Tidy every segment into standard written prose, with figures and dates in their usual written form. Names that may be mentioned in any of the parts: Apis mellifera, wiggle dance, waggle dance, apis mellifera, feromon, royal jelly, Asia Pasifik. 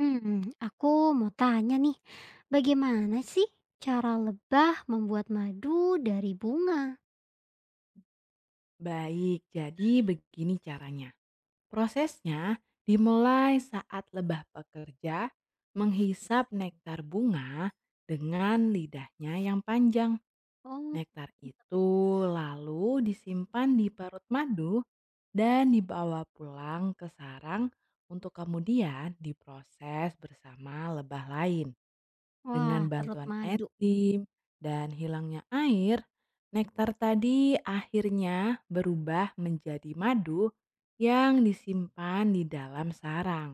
Hmm, aku mau tanya nih, bagaimana sih cara lebah membuat madu dari bunga? Baik, jadi begini caranya. Prosesnya dimulai saat lebah pekerja menghisap nektar bunga dengan lidahnya yang panjang. Oh, Nektar itu lalu disimpan di parut madu dan dibawa pulang ke sarang untuk kemudian diproses bersama lebah lain. Dengan wah, perut bantuan madu. etim dan hilangnya air, nektar tadi akhirnya berubah menjadi madu yang disimpan di dalam sarang.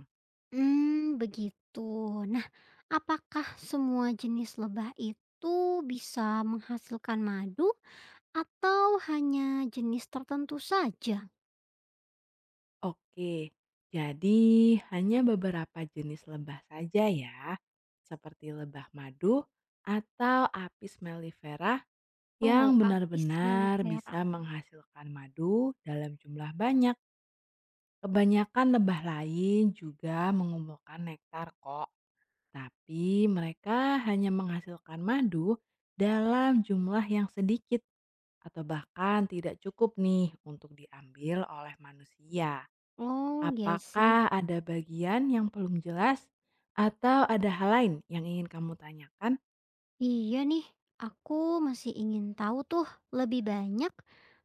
Hmm, begitu. Nah, apakah semua jenis lebah itu bisa menghasilkan madu atau hanya jenis tertentu saja? Hmm, Oke, jadi hanya beberapa jenis lebah saja ya, seperti lebah madu atau apis mellifera Oh, yang Apis benar-benar mellifera. bisa menghasilkan madu dalam jumlah banyak. Kebanyakan lebah lain juga mengumpulkan nektar kok. Tapi mereka hanya menghasilkan madu dalam jumlah yang sedikit atau bahkan tidak cukup nih untuk diambil oleh manusia. Oh, ya sih. Apakah ada bagian yang belum jelas atau ada hal lain yang ingin kamu tanyakan? Iya nih, aku masih ingin tahu tuh lebih banyak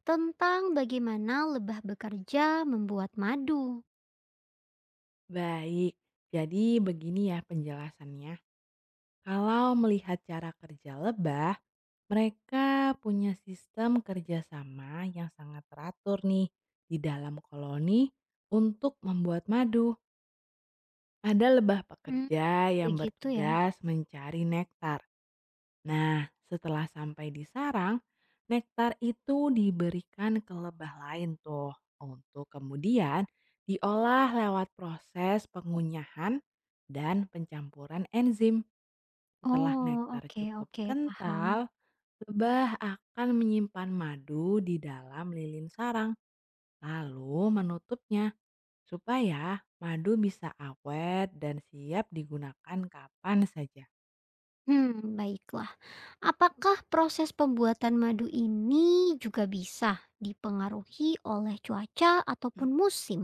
tentang bagaimana lebah bekerja membuat madu. Baik, jadi begini ya penjelasannya. Kalau melihat cara kerja lebah, mereka punya sistem kerjasama yang sangat teratur nih di dalam koloni untuk membuat madu. Ada lebah Hmm, pekerja yang begitu ya? bertugas mencari nektar. Nah, setelah sampai di sarang, nektar itu diberikan ke lebah lain tuh untuk kemudian diolah lewat proses pengunyahan dan pencampuran enzim. Setelah Oh, nektar oke cukup oke, paham. kental, lebah akan menyimpan madu di dalam lilin sarang, lalu menutupnya supaya madu bisa awet dan siap digunakan kapan saja. Hmm, baiklah. Apakah proses pembuatan madu ini juga bisa dipengaruhi oleh cuaca Hmm, ataupun musim?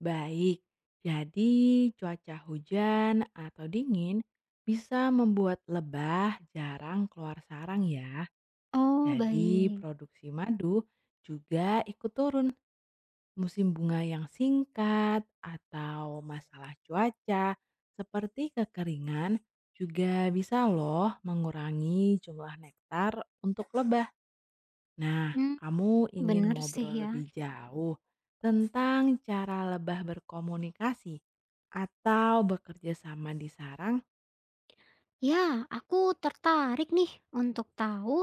Baik, jadi cuaca hujan atau dingin bisa membuat lebah jarang keluar sarang ya. Oh, Jadi baik. produksi madu juga ikut turun. Musim bunga yang singkat atau masalah cuaca seperti kekeringan juga bisa loh mengurangi jumlah nektar untuk lebah. Nah, Hmm, kamu ingin benar sih ngobrol ya. lebih jauh tentang cara lebah berkomunikasi atau bekerja sama di sarang? Ya, aku tertarik nih untuk tahu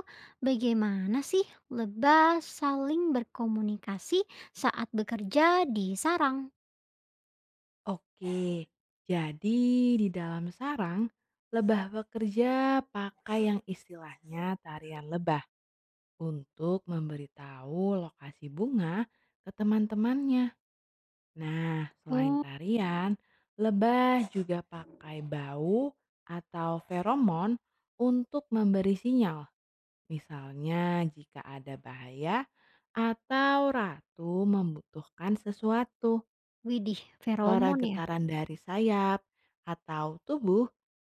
bagaimana sih lebah saling berkomunikasi saat bekerja di sarang. Oke, jadi di dalam sarang, lebah bekerja pakai yang istilahnya tarian lebah untuk memberitahu lokasi bunga ke teman-temannya. Nah, selain Oh, tarian, lebah juga pakai bau atau feromon untuk memberi sinyal. Misalnya jika ada bahaya atau ratu membutuhkan sesuatu. widih, Suara feromon ya. getaran dari sayap atau tubuh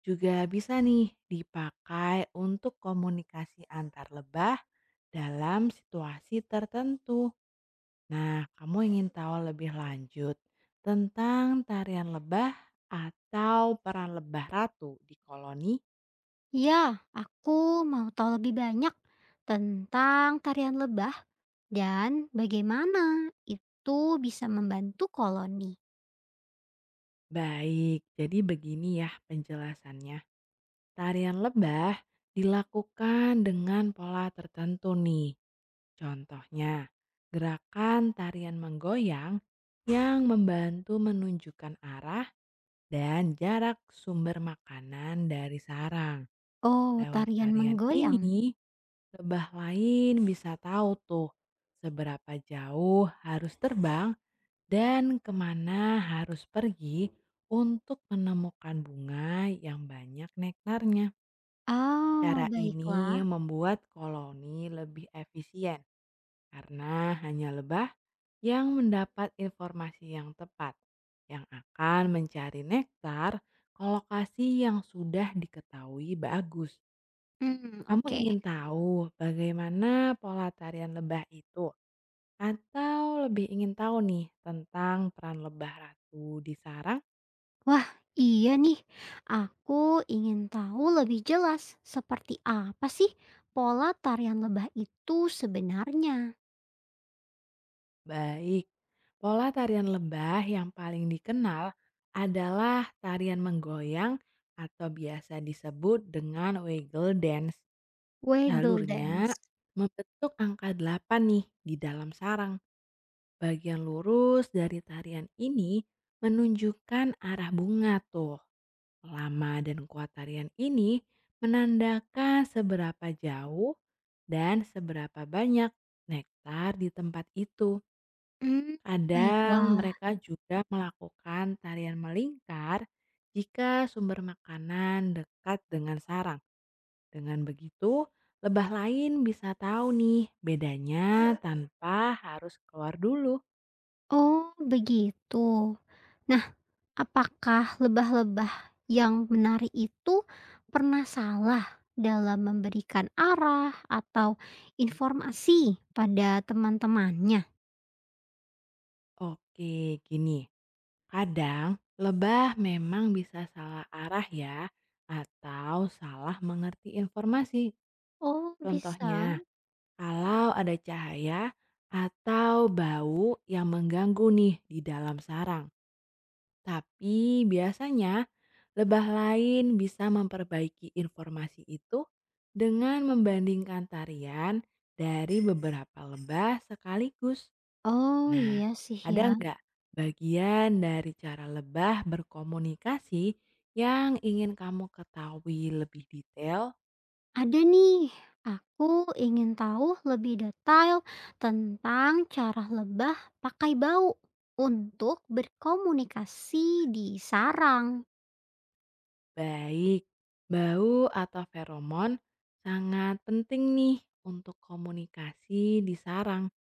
juga bisa nih dipakai untuk komunikasi antar lebah dalam situasi tertentu. Nah, kamu ingin tahu lebih lanjut tentang tarian lebah atau peran lebah ratu di koloni? Ya, aku mau tahu lebih banyak tentang tarian lebah dan bagaimana itu bisa membantu koloni. Baik, jadi begini ya penjelasannya. Tarian lebah dilakukan dengan pola tertentu nih. Contohnya, gerakan tarian menggoyang yang membantu menunjukkan arah dan jarak sumber makanan dari sarang. Oh, Lewat tarian tarian menggoyang. ini, lebah lain bisa tahu tuh seberapa jauh harus terbang dan kemana harus pergi untuk menemukan bunga yang banyak nektarnya. Oh, Cara ini baiklah. membuat koloni lebih efisien karena hanya lebah yang mendapat informasi yang tepat yang akan mencari nektar ke lokasi yang sudah diketahui bagus. Hmm, Kamu oke. ingin tahu bagaimana pola tarian lebah itu? Atau lebih ingin tahu nih tentang peran lebah ratu di sarang? Wah, iya nih. Aku ingin tahu lebih jelas seperti apa sih pola tarian lebah itu sebenarnya. Baik, pola tarian lebah yang paling dikenal adalah tarian menggoyang atau biasa disebut dengan wiggle dance. Waggle Jalurnya dance. membentuk angka 8 nih di dalam sarang. Bagian lurus dari tarian ini menunjukkan arah bunga tuh. Lama dan kuat tarian ini menandakan seberapa jauh dan seberapa banyak nektar di tempat itu. Hmm, Kadang baiklah. mereka juga melakukan tarian melingkar jika sumber makanan dekat dengan sarang. Dengan begitu, lebah lain bisa tahu nih bedanya tanpa harus keluar dulu. Oh, begitu. Nah, apakah lebah-lebah yang menari itu pernah salah dalam memberikan arah atau informasi pada teman-temannya? Oke, gini. Kadang, lebah memang bisa salah arah ya, atau salah mengerti informasi. Oh, bisa. Contohnya, kalau ada cahaya atau bau yang mengganggu nih di dalam sarang. Tapi biasanya, lebah lain bisa memperbaiki informasi itu dengan membandingkan tarian dari beberapa lebah sekaligus. Oh, Nah, iya sih ya. ada nggak bagian dari cara lebah berkomunikasi yang ingin kamu ketahui lebih detail? Ada nih, aku ingin tahu lebih detail tentang cara lebah pakai bau untuk berkomunikasi di sarang. Baik, bau atau feromon sangat penting nih untuk komunikasi di sarang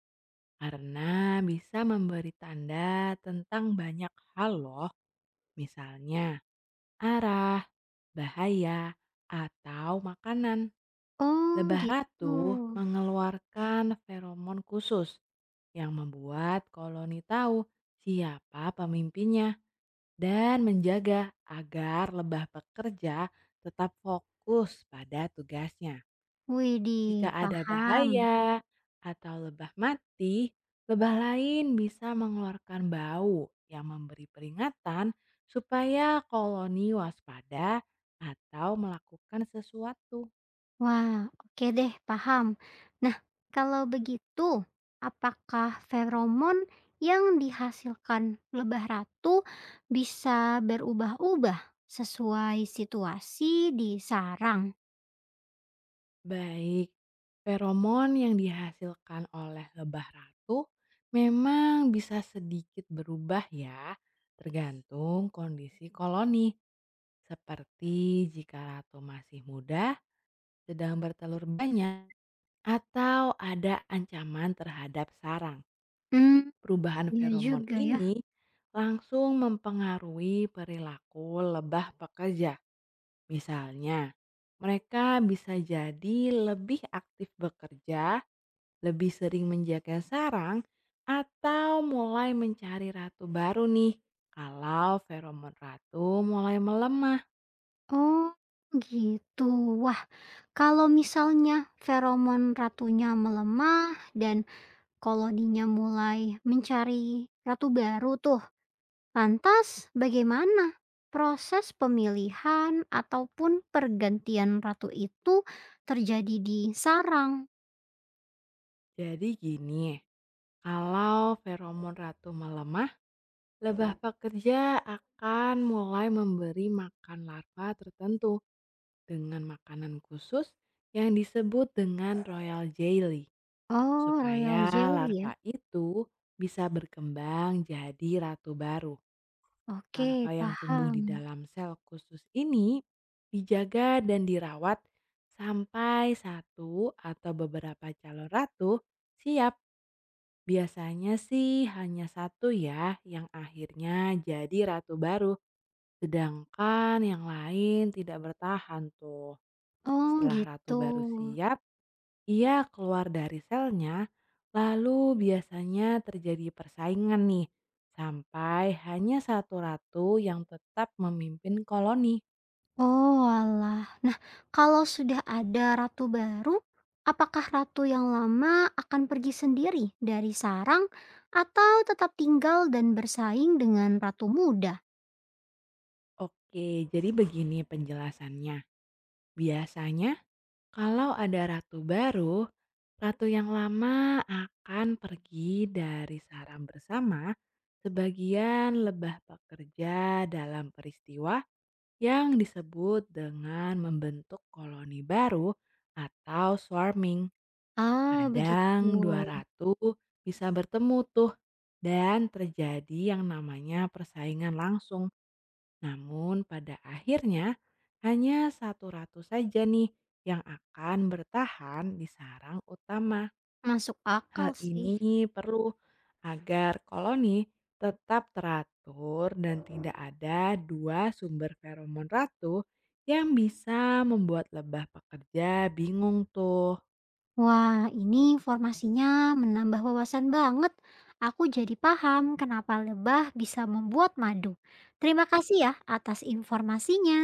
karena bisa memberi tanda tentang banyak hal loh, misalnya arah, bahaya, atau makanan. Oh, Lebah gitu. ratu mengeluarkan feromon khusus yang membuat koloni tahu siapa pemimpinnya dan menjaga agar lebah pekerja tetap fokus pada tugasnya. Jika Widih, ada paham. bahaya atau lebah mati, lebah lain bisa mengeluarkan bau yang memberi peringatan supaya koloni waspada atau melakukan sesuatu. Wah, oke deh, paham. Nah, kalau begitu, apakah feromon yang dihasilkan lebah ratu bisa berubah-ubah sesuai situasi di sarang? Baik, feromon yang dihasilkan oleh lebah ratu memang bisa sedikit berubah ya, tergantung kondisi koloni. Seperti jika ratu masih muda, sedang bertelur banyak, atau ada ancaman terhadap sarang. Hmm, Perubahan iya feromon juga ya. ini langsung mempengaruhi perilaku lebah pekerja. Misalnya, mereka bisa jadi lebih aktif bekerja lebih sering menjaga sarang atau mulai mencari ratu baru nih kalau feromon ratu mulai melemah. Oh, gitu. Wah, kalau misalnya feromon ratunya melemah dan koloninya mulai mencari ratu baru tuh, lantas bagaimana proses pemilihan ataupun pergantian ratu itu terjadi di sarang? Jadi gini, kalau feromon ratu melemah, lebah pekerja akan mulai memberi makan larva tertentu dengan makanan khusus yang disebut dengan royal jelly Oh, royal supaya jelly ya. larva itu bisa berkembang jadi ratu baru. Oke, Larva yang tumbuh di paham. dalam sel khusus ini dijaga dan dirawat sampai satu atau beberapa calon ratu siap. Biasanya sih hanya satu ya yang akhirnya jadi ratu baru. Sedangkan yang lain tidak bertahan tuh. Oh, Setelah ratu gitu. baru siap, ia keluar dari selnya, lalu biasanya terjadi persaingan nih, sampai hanya satu ratu yang tetap memimpin koloni. Oalah. Nah, kalau sudah ada ratu baru, apakah ratu yang lama akan pergi sendiri dari sarang atau tetap tinggal dan bersaing dengan ratu muda? Oke, jadi begini penjelasannya. Biasanya kalau ada ratu baru, ratu yang lama akan pergi dari sarang bersama sebagian lebah pekerja dalam peristiwa yang disebut dengan membentuk koloni baru atau swarming. Ah, begitu. Kadang 200 bisa bertemu tuh dan terjadi yang namanya persaingan langsung. Namun pada akhirnya hanya satu ratu saja nih yang akan bertahan di sarang utama. Masuk akal Hal sih. ini perlu agar koloni tetap teratur dan tidak ada dua sumber feromon ratu yang bisa membuat lebah pekerja bingung tuh. Wah, ini informasinya menambah wawasan banget. Aku jadi paham kenapa lebah bisa membuat madu. Terima kasih ya atas informasinya.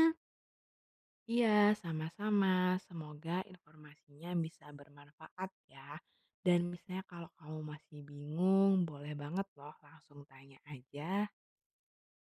Iya, sama-sama. Semoga informasinya bisa bermanfaat ya. Dan misalnya kalau kamu masih bingung, boleh banget loh langsung tanya aja